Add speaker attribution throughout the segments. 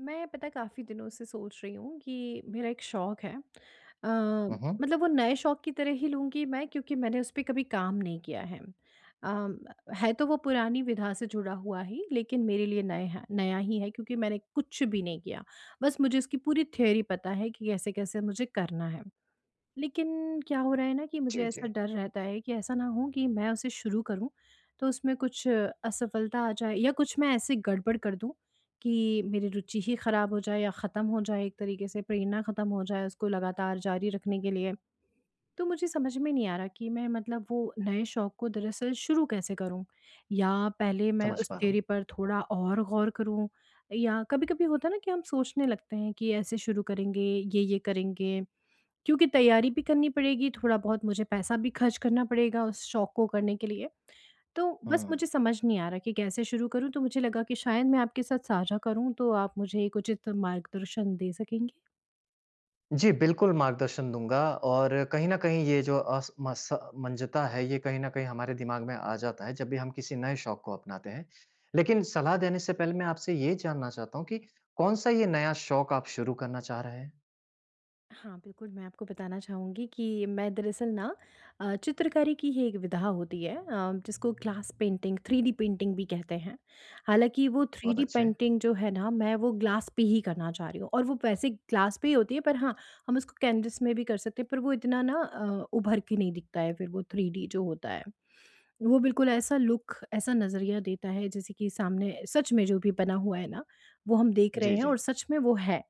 Speaker 1: मैं पता है काफ़ी दिनों से सोच रही हूँ कि मेरा एक शौक है
Speaker 2: हुँ, हुँ।
Speaker 1: मतलब वो नए शौक की तरह ही लूँगी मैं, क्योंकि मैंने उस पे कभी काम नहीं किया है। अम, है तो वो पुरानी विधा से जुड़ा हुआ ही, लेकिन मेरे लिए नया है, नया ही है, क्योंकि मैंने कुछ भी नहीं किया। बस मुझे इसकी पूरी थ्योरी पता है कि कैसे कैसे मुझे करना है। लेकिन क्या हो रहा है ना कि
Speaker 2: जी,
Speaker 1: मुझे ऐसा
Speaker 2: जी,
Speaker 1: डर रहता है कि ऐसा ना हो कि मैं उसे शुरू करूँ, तो उसमें कुछ असफलता आ जाए या कुछ मैं ऐसे गड़बड़ कर दूँ कि मेरी रुचि ही ख़राब हो जाए या ख़त्म हो जाए, एक तरीके से प्रेरणा ख़त्म हो जाए उसको लगातार जारी रखने के लिए। तो मुझे समझ में नहीं आ रहा कि मैं मतलब वो नए शौक़ को दरअसल शुरू कैसे करूं, या पहले मैं
Speaker 2: समझ
Speaker 1: उस
Speaker 2: पा रहा हूँ।
Speaker 1: थ्योरी पर थोड़ा और गौर करूं। या कभी कभी होता है ना कि हम सोचने लगते हैं कि ऐसे शुरू करेंगे, ये करेंगे, क्योंकि तैयारी भी करनी पड़ेगी, थोड़ा बहुत मुझे पैसा भी खर्च करना पड़ेगा उस शौक को करने के लिए। तो
Speaker 2: हुँ।
Speaker 1: बस मुझे समझ नहीं आ रहा कि कैसे शुरू करूँ? तो मुझे लगा कि शायद मैं आपके साथ साझा करूँ, तो आप मुझे एक उचित मार्गदर्शन दे सकेंगे?
Speaker 2: जी, बिल्कुल मार्गदर्शन दूँगा और कहीं न कहीं ये जो असमंजता है, ये कहीं न कहीं हमारे दिमाग में आ जाता है, जब भी हम किसी नए शौक को अपनाते हैं। लेकिन सलाह देने से पहले मैं आपसे ये जानना चाहता हूँ कि कौन-सा ये नया शौक आप शुरू करना चाह रहे हैं?
Speaker 1: हाँ, बिल्कुल, मैं आपको बताना चाहूँगी कि मैं दरअसल ना चित्रकारी की ही एक विधा होती है जिसको glass painting, three D painting भी कहते हैं। हालाँकि वो थ्री
Speaker 2: बहुत
Speaker 1: डी
Speaker 2: अच्छे।
Speaker 1: पेंटिंग जो है ना, मैं वो ग्लास पे ही करना चाह रही हूँ और वो वैसे ग्लास पे ही होती है, पर हाँ, हम उसको कैनवस में भी कर सकते हैं, पर वो इतना ना उभर के नहीं दिखता है फिर वो थ्री डी जो होता है। वो बिल्कुल ऐसा लुक, ऐसा नज़रिया देता है जैसे कि सामने सच में जो भी बना हुआ है ना, वो हम देख रहे
Speaker 2: जी,
Speaker 1: हैं
Speaker 2: जी,
Speaker 1: और सच में वो है।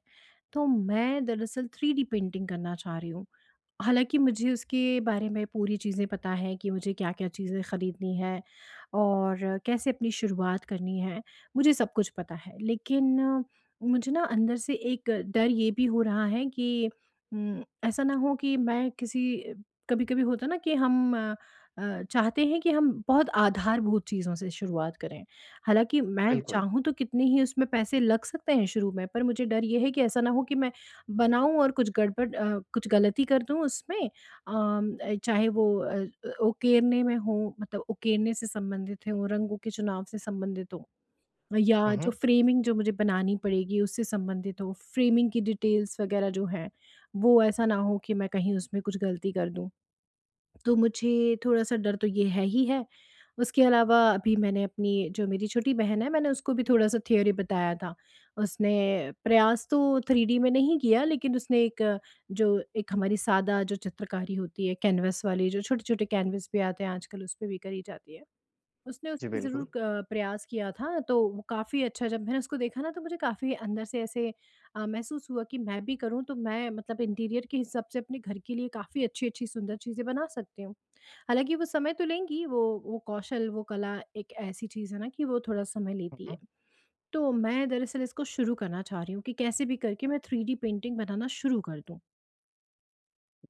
Speaker 1: तो मैं दरअसल 3D पेंटिंग करना चाह रही हूँ। हालाँकि मुझे उसके बारे में पूरी चीज़ें पता हैं कि मुझे क्या-क्या चीज़ें खरीदनी है और कैसे अपनी शुरुआत करनी है, मुझे सब कुछ पता है। लेकिन मुझे ना अंदर से एक डर ये भी हो रहा है कि ऐसा ना हो कि मैं किसी, कभी-कभी होता ना कि हम चाहते हैं कि हम बहुत आधारभूत चीज़ों से शुरुआत करें। हालाँकि मैं
Speaker 2: बिल्कुल।
Speaker 1: चाहूँ तो कितने ही उसमें पैसे लग सकते हैं शुरू में, पर मुझे डर ये है कि ऐसा ना हो कि मैं बनाऊँ और कुछ गड़बड़ कुछ गलती कर दूँ उसमें। चाहे वो उकेरने में हो, मतलब उकेरने से संबंधित हो, रंगों के चुनाव से संबंधित हो या
Speaker 2: हुँ,
Speaker 1: जो
Speaker 2: हुँ।
Speaker 1: फ्रेमिंग जो मुझे बनानी पड़ेगी उससे संबंधित हो, फ्रेमिंग की डिटेल्स वगैरह जो हैं, वो ऐसा ना हो कि मैं कहीं उसमें कुछ गलती कर दूँ। तो मुझे थोड़ा-सा डर तो ये है ही है। उसके अलावा अभी मैंने अपनी, जो मेरी छोटी बहन है, मैंने उसको भी थोड़ा-सा थ्योरी बताया था। उसने प्रयास तो 3D में नहीं किया, लेकिन उसने एक जो, एक हमारी सादा जो चित्रकारी होती है कैनवास वाली, जो छोटे-छोटे कैनवास भी आते हैं आजकल, उस पे भी करी जाती है। उसने
Speaker 2: जी,
Speaker 1: उसपे
Speaker 2: बिल्कुल।
Speaker 1: ज़रूर क प्रयास किया था, तो वो काफ़ी अच्छा, जब मैंने उसको देखा ना तो मुझे काफ़ी अंदर से ऐसे महसूस हुआ कि मैं भी करूँ तो मैं मतलब इंटीरियर के हिसाब से अपने घर के लिए काफ़ी अच्छी-अच्छी सुंदर चीज़ें बना सकती हूँ। हालाँकि वो समय तो लेंगी, वो कौशल, वो कला एक ऐसी चीज़ है ना कि वो थोड़ा समय
Speaker 2: हुँ,
Speaker 1: लेती
Speaker 2: हुँ।
Speaker 1: है। तो मैं दरअसल इसको शुरू करना चाह रही हूँ कि कैसे भी करके मैं 3D डी पेंटिंग बनाना शुरू कर दूँ।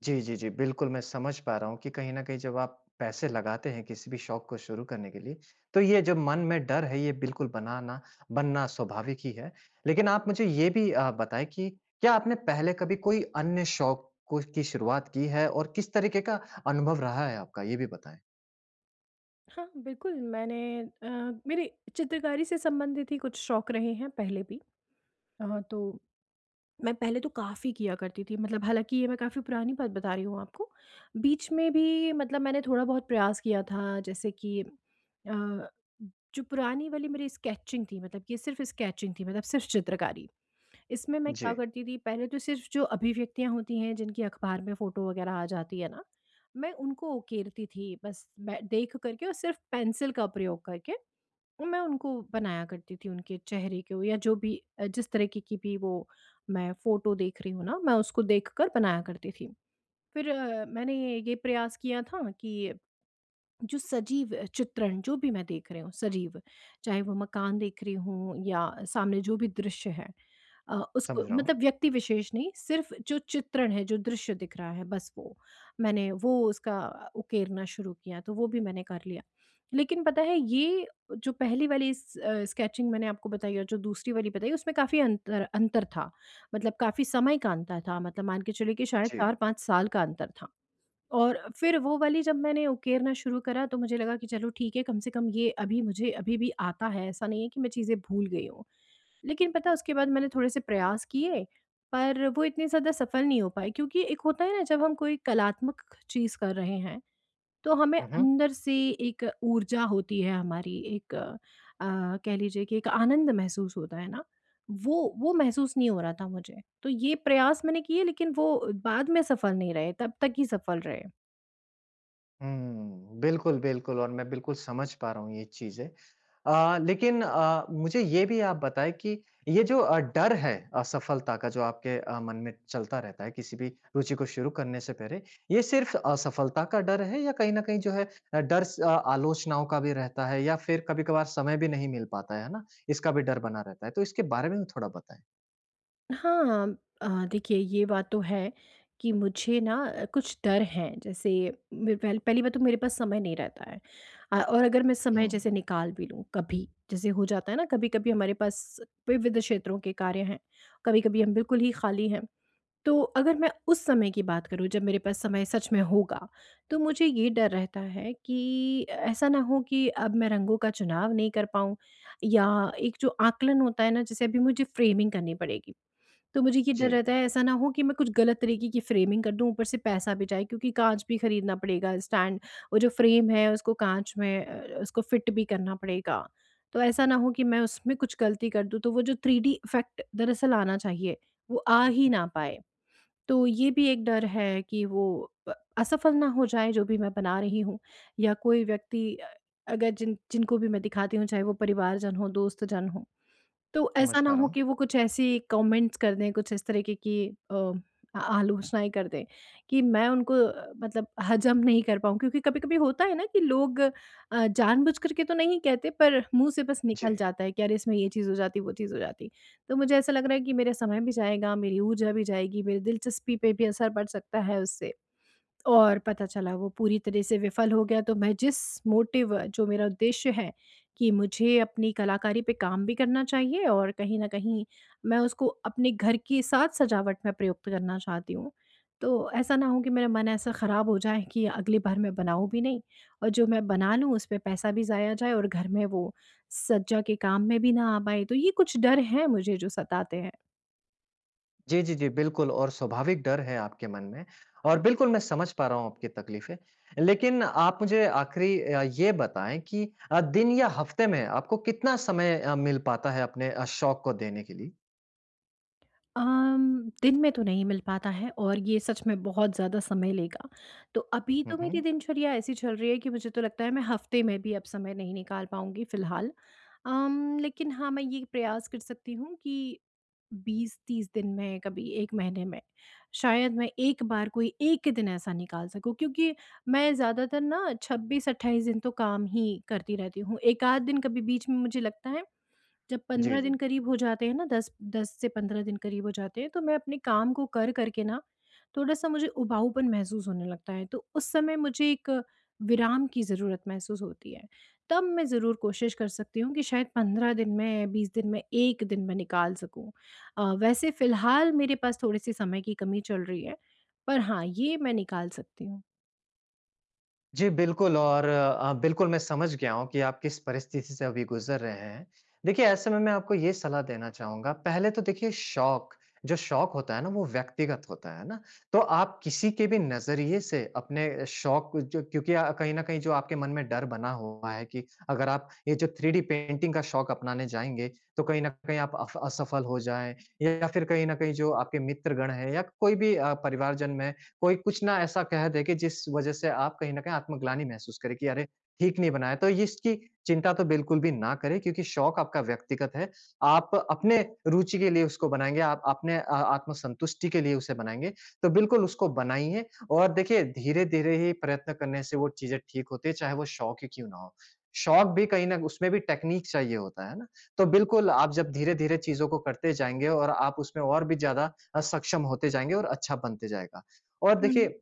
Speaker 2: जी, जी, जी। बिल्कुल, मैं समझ पा रहा हूँ कि कहीं न कहीं जब आप पैसे लगाते हैं किसी भी शौक को शुरू करने के लिए, तो ये जो मन में डर है, ये बिल्कुल बनाना बनना स्वाभाविक ही है। लेकिन आप मुझे ये भी बताएँ कि क्या आपने पहले कभी कोई अन्य शौक को की शुरुआत की है और किस तरीके का अनुभव रहा है आपका? ये भी बताएँ।
Speaker 1: हाँ, बिल्कुल मैंने अ, मेरे चित्रकारी से संबंधित ही कुछ शौक रहे हैं पहले भी। तो मैं पहले तो काफ़ी किया करती थी, मतलब हालाँकि ये मैं काफ़ी पुरानी बात बता रही हूँ आपको। बीच में भी मतलब मैंने थोड़ा बहुत प्रयास किया था, जैसे कि जो पुरानी वाली मेरी स्केचिंग थी, मतलब ये सिर्फ़ स्केचिंग थी, मतलब सिर्फ़ चित्रकारी। इसमें मैं क्या
Speaker 2: जी,
Speaker 1: करती थी, पहले तो सिर्फ़ जो अभिव्यक्तियाँ होती हैं जिनकी अखबार में फ़ोटो वग़ैरह आ जाती है ना, मैं उनको उकेरती थी बस मैं देख कर के, और सिर्फ़ पेंसिल का प्रयोग करके। तो मैं उनको बनाया करती थी, उनके चेहरे के हो या जो भी जिस तरीके की भी वो, मैं फ़ोटो देख रही हूँ ना, मैं उसको देखकर बनाया करती थी। फिर मैंने ये प्रयास किया था कि जो सजीव चित्रण जो भी मैं देख रही हूँ, सजीव, चाहे वो मकान देख रही हूँ या सामने जो भी दृश्य है, उसको,
Speaker 2: समझ रहा हूँ।
Speaker 1: मतलब व्यक्ति विशेष नहीं, सिर्फ़ जो चित्रण है, जो दृश्य दिख रहा है बस वो। मैंने वो उसका उकेरना शुरू किया, तो वो भी मैंने कर लिया। लेकिन पता है ये जो पहली वाली स्केचिंग मैंने आपको बताई और जो दूसरी वाली बताई, उसमें काफ़ी अंतर अंतर था। मतलब काफ़ी समय का अंतर था, मतलब मान के चलिए कि शायद
Speaker 2: जी।
Speaker 1: 4-5 साल का अंतर था। और फिर वो वाली जब मैंने उकेरना शुरू करा, तो मुझे लगा कि चलो ठीक है, कम से कम ये अभी मुझे अभी भी आता है, ऐसा नहीं है कि मैं चीज़ें भूल गई हूँ। लेकिन पता है उसके बाद मैंने थोड़े से प्रयास किए, पर वो इतने ज़्यादा सफल नहीं हो पाए, क्योंकि एक होता है ना जब हम कोई कलात्मक चीज़ कर रहे हैं, तो हमें
Speaker 2: हुँ, हुँ।
Speaker 1: अंदर से एक ऊर्जा होती है, हमारी एक कह लीजिए कि एक आनंद महसूस होता है ना, वो महसूस नहीं हो रहा था मुझे। तो ये प्रयास मैंने किए लेकिन वो बाद में सफल नहीं रहे, तब तक ही सफल रहे।
Speaker 2: हुँ, बिल्कुल, बिल्कुल और मैं बिल्कुल समझ पा रहा हूँ ये चीज़ें। लेकिन मुझे ये भी आप बताएँ कि ये जो डर है असफलता का जो आपके मन में चलता रहता है किसी भी रुचि को शुरू करने से पहले, ये सिर्फ़ असफलता का डर है या कहीं न कहीं जो है अ, डर स अ, आलोचनाओं का भी रहता है या फिर कभी-कभार समय भी नहीं मिल पाता है ना? इसका भी डर बना रहता है। तो इसके बारे में भी थोड़ा बताएँ।
Speaker 1: हाँ, देखिए ये बात तो है कि मुझे ना कुछ डर हैं, जैसे मेरे पहले, पहली बात तो मेरे पास समय नहीं रहता है। और अगर मैं समय
Speaker 2: हुँ।
Speaker 1: जैसे निकाल भी लूँ, कभी जैसे हो जाता है ना, कभी कभी हमारे पास विविध क्षेत्रों के कार्य हैं, कभी कभी हम बिल्कुल ही खाली हैं। तो अगर मैं उस समय की बात करूँ जब मेरे पास समय सच में होगा, तो मुझे ये डर रहता है कि ऐसा ना हो कि अब मैं रंगों का चुनाव नहीं कर पाऊँ, या एक जो आकलन होता है ना, जैसे अभी मुझे फ्रेमिंग करनी पड़ेगी, तो मुझे ये डर
Speaker 2: जी,
Speaker 1: रहता है ऐसा ना हो कि मैं कुछ गलत तरीके की फ़्रेमिंग कर दूँ, ऊपर से पैसा भी जाए, क्योंकि काँच भी खरीदना पड़ेगा, स्टैंड, वो जो फ़्रेम है उसको काँच में उसको फ़िट भी करना पड़ेगा। तो ऐसा ना हो कि मैं उसमें कुछ गलती कर दूँ, तो वो जो 3D इफ़ेक्ट दरअसल आना चाहिए, वो आ ही ना पाए। तो ये भी एक डर है कि वो अ, असफल ना हो जाए जो भी मैं बना रही हूँ, या कोई व्यक्ति अगर जिन जिनको भी मैं दिखाती हूँ, चाहे वो परिवारजन हो, दोस्तजन हो, तो
Speaker 2: समझ
Speaker 1: ऐसा ना
Speaker 2: पा रहा
Speaker 1: हो
Speaker 2: हूँ।
Speaker 1: कि वो कुछ ऐसी कमेंट्स कर दें, कुछ इस तरीके की अ, आ आलोचनाएँ कर दें कि मैं उनको मतलब हज़म नहीं कर पाऊँ। क्योंकि कभी-कभी होता है ना कि लोग जानबूझ कर के तो नहीं कहते पर मुँह से बस
Speaker 2: जी।
Speaker 1: निकल जाता है कि अरे, इसमें ये चीज़ हो जाती, वो चीज़ हो जाती। तो मुझे ऐसा लग रहा है कि मेरा समय भी जाएगा, मेरी ऊर्जा भी जाएगी, मेरी दिलचस्पी पे भी असर पड़ सकता है उससे। और पता चला वो पूरी तरह से विफल हो गया, तो मैं जिस मोटिव, जो मेरा उद्देश्य है कि मुझे अपनी कलाकारी पे काम भी करना चाहिए, और कहीं न कहीं मैं उसको अपने घर के साथ सजावट में प्रयुक्त करना चाहती हूँ। तो ऐसा ना हो कि मेरा मन ऐसा ख़राब हो जाए कि अगली बार मैं बनाऊँ भी नहीं, और जो मैं बना लूँ उस पे पैसा भी ज़ाया जाए और घर में वो सज्जा के काम में भी ना आ पाए। तो ये कुछ डर हैं मुझे जो सताते हैं।
Speaker 2: जी, जी, जी, बिल्कुल और स्वाभाविक डर है आपके मन में और बिल्कुल मैं समझ पा रहा हूँ आपकी तकलीफ़ें। लेकिन आप मुझे आख़िरी ये बताएँ कि दिन या हफ़्ते में आपको कितना समय मिल पाता है अपने शौक को देने के लिए?
Speaker 1: दिन में तो नहीं मिल पाता है, और ये सच में बहुत ज़्यादा समय लेगा। तो अभी
Speaker 2: हुँ,
Speaker 1: तो
Speaker 2: हुँ।
Speaker 1: मेरी दिनचर्या ऐसी चल रही है कि मुझे तो लगता है मैं हफ़्ते में भी अब समय नहीं निकाल पाऊँगी फ़िलहाल। लेकिन हाँ, मैं ये प्रयास कर सकती हूँ कि 20-30 दिन में, कभी 1 महीने में, शायद मैं एक बार कोई एक दिन ऐसा निकाल सकूँ, क्योंकि मैं ज़्यादातर ना 26-28 दिन तो काम ही करती रहती हूँ। 1 आध दिन कभी बीच में मुझे लगता है, जब
Speaker 2: जी,
Speaker 1: 15 दिन
Speaker 2: जी।
Speaker 1: करीब हो जाते हैं ना, 10 से 15 दिन करीब हो जाते हैं, तो मैं अपने काम को कर करके ना थोड़ा-सा मुझे उबाऊपन महसूस होने लगता है। तो उस समय मुझे एक विराम की ज़रूरत महसूस होती है। तब मैं ज़रूर कोशिश कर सकती हूँ कि शायद 15 दिन में, 20 दिन में, 1 दिन मैं निकाल सकूँ। वैसे फ़िलहाल मेरे पास थोड़ी-सी समय की कमी चल रही है, पर हाँ, ये मैं निकाल सकती हूँ।
Speaker 2: जी, बिल्कुल और बिल्कुल मैं समझ गया हूँ कि आप किस परिस्थिति से अभी गुज़र रहे हैं। देखिए, ऐसे में मैं आपको ये सलाह देना चाहूँगा, पहले तो देखिए शौक, जो शौक होता है ना वो व्यक्तिगत होता है ना? तो आप किसी के भी नज़रिए से अपने शौक को- जो क्योंकि कहीं न कहीं जो आपके मन में डर बना हुआ है कि अगर आप ये जो 3D पेंटिंग का शौक अपनाने जाएँगे, तो कहीं न कहीं आप अफ असफल हो जाएँ या फिर कहीं न कहीं जो आपके मित्रगण हैं या कोई भी परिवारजन में कोई कुछ ना ऐसा कह दे कि जिस वजह से आप कहीं न कहीं आत्मग्लानि महसूस करें कि अरे! ठीक नहीं बनाया। तो ये इसकी चिंता तो बिल्कुल भी ना करें क्योंकि शौक आपका व्यक्तिगत है। आप अपने रुचि के लिए उसको बनाएँगे, आप अपने आत्मसंतुष्टि के लिए उसे बनाएँगे। तो बिल्कुल उसको बनाइए और देखिए धीरे-धीरे ही प्रयत्न करने से वो चीज़ें ठीक होती है, चाहे वो शौक ही क्यों ना हो। शौक भी कहीं न उसमें भी टेक्निक चाहिए होता है ना? तो बिल्कुल आप जब धीरे-धीरे चीज़ों को करते जाएँगे और आप उसमें और भी ज़्यादा सक्षम होते जाएँगे और अच्छा बनते जाएगा। और
Speaker 1: हुँ।
Speaker 2: देखिए,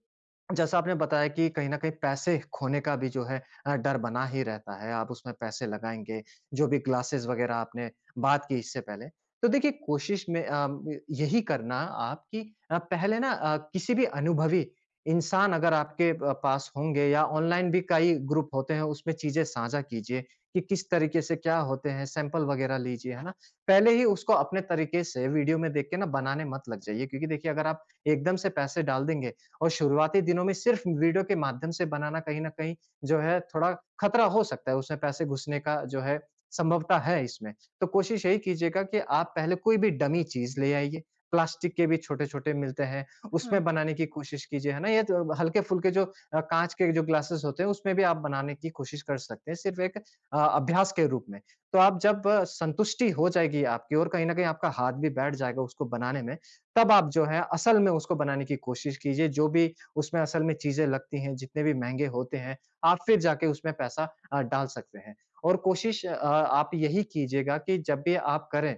Speaker 2: जैसा आपने बताया कि कहीं न कहीं पैसे खोने का भी जो है डर बना ही रहता है, आप उसमें पैसे लगाएँगे, जो भी क्लासेस वग़ैरह आपने बात की इससे पहले। तो देखिए कोशिश में यही करना आप कि पहले ना किसी भी अनुभवी इंसान अगर आपके प पास होंगे या ऑनलाइन भी कई ग्रुप होते हैं, उसमें चीज़ें साझा कीजिए कि किस तरीके से क्या होते हैं, सैंपल वग़ैरह लीजिए, है ना? पहले ही उसको अपने तरीके से वीडियो में देख के ना बनाने मत लग जाइए क्योंकि देखिए अगर आप एकदम से पैसे डाल देंगे, और शुरुआती दिनों में सिर्फ वीडियो के माध्यम से बनाना कहीं न कहीं जो है थोड़ा खतरा हो सकता है, उसमें पैसे घुसने का जो है संभवता है इसमें। तो कोशिश यही कीजिएगा कि आप पहले कोई भी डमी चीज़ ले आइए, प्लास्टिक के भी छोटे-छोटे मिलते हैं, उसमें
Speaker 1: हाँ।
Speaker 2: बनाने की कोशिश कीजिए, है ना? या तो हल्के-फुल्के जो काँच के जो ग्लासेस होते हैं, उसमें भी आप बनाने की कोशिश कर सकते हैं, सिर्फ़ एक अभ्यास के रूप में। तो आप जब संतुष्टि हो जाएगी आपकी और कहीं न कहीं आपका हाथ भी बैठ जाएगा उसको बनाने में, तब आप जो है असल में उसको बनाने की कोशिश कीजिए, जो भी उसमें असल में चीज़ें लगती हैं, जितने भी महँगे होते हैं, आप फिर जाके उसमें पैसा डाल सकते हैं। और कोशिश आप यही कीजिएगा कि जब भी आप करें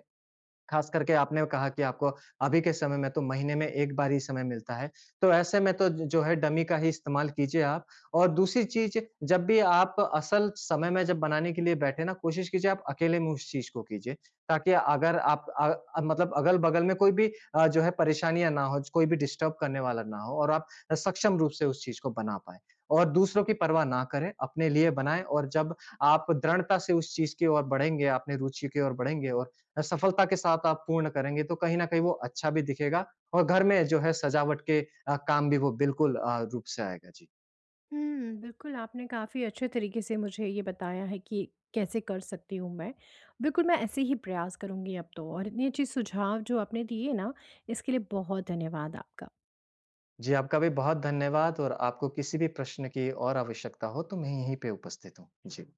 Speaker 2: खास करके आपने कहा कि आपको अभी के समय में तो महीने में 1 बार ही समय मिलता है। तो ऐसे में तो ज जो है डमी का ही इस्तेमाल कीजिए आप और दूसरी चीज़ जब भी आप असल समय में जब बनाने के लिए बैठे ना कोशिश कीजिए आप अकेले में उस चीज़ को कीजिए। ताकि अगर आप मतलब अगल-बगल में कोई भी जो है परेशानियाँ ना हो, कोई भी डिस्टर्ब करने वाला ना हो और आप सक्षम रूप से उस चीज़ को बना पाएँ। और दूसरों की परवाह ना करें, अपने लिए बनाएँ और जब आप दृढ़ता से उस चीज़ की ओर बढ़ेंगे, अपने रुचि की ओर बढ़ेंगे और सफलता के साथ आप पूर्ण करेंगे तो कहीं न कहीं वो अच्छा भी दिखेगा और घर में जो है सजावट के काम भी वो बिल्कुल रूप से आएगा। जी।
Speaker 1: हुँ, बिल्कुल आपने काफ़ी अच्छे तरीके से मुझे ये बताया है कि कैसे कर सकती हूँ मैं। बिल्कुल, मैं ऐसे ही प्रयास करूँगी अब तो, और इतनी अच्छी सुझाव जो आपने दिए ना, इसके लिए बहुत धन्यवाद आपका।
Speaker 2: जी, आपका भी बहुत धन्यवाद और आपको किसी भी प्रश्न की और आवश्यकता हो तो मैं यहीं पे उपस्थित हूँ। जी।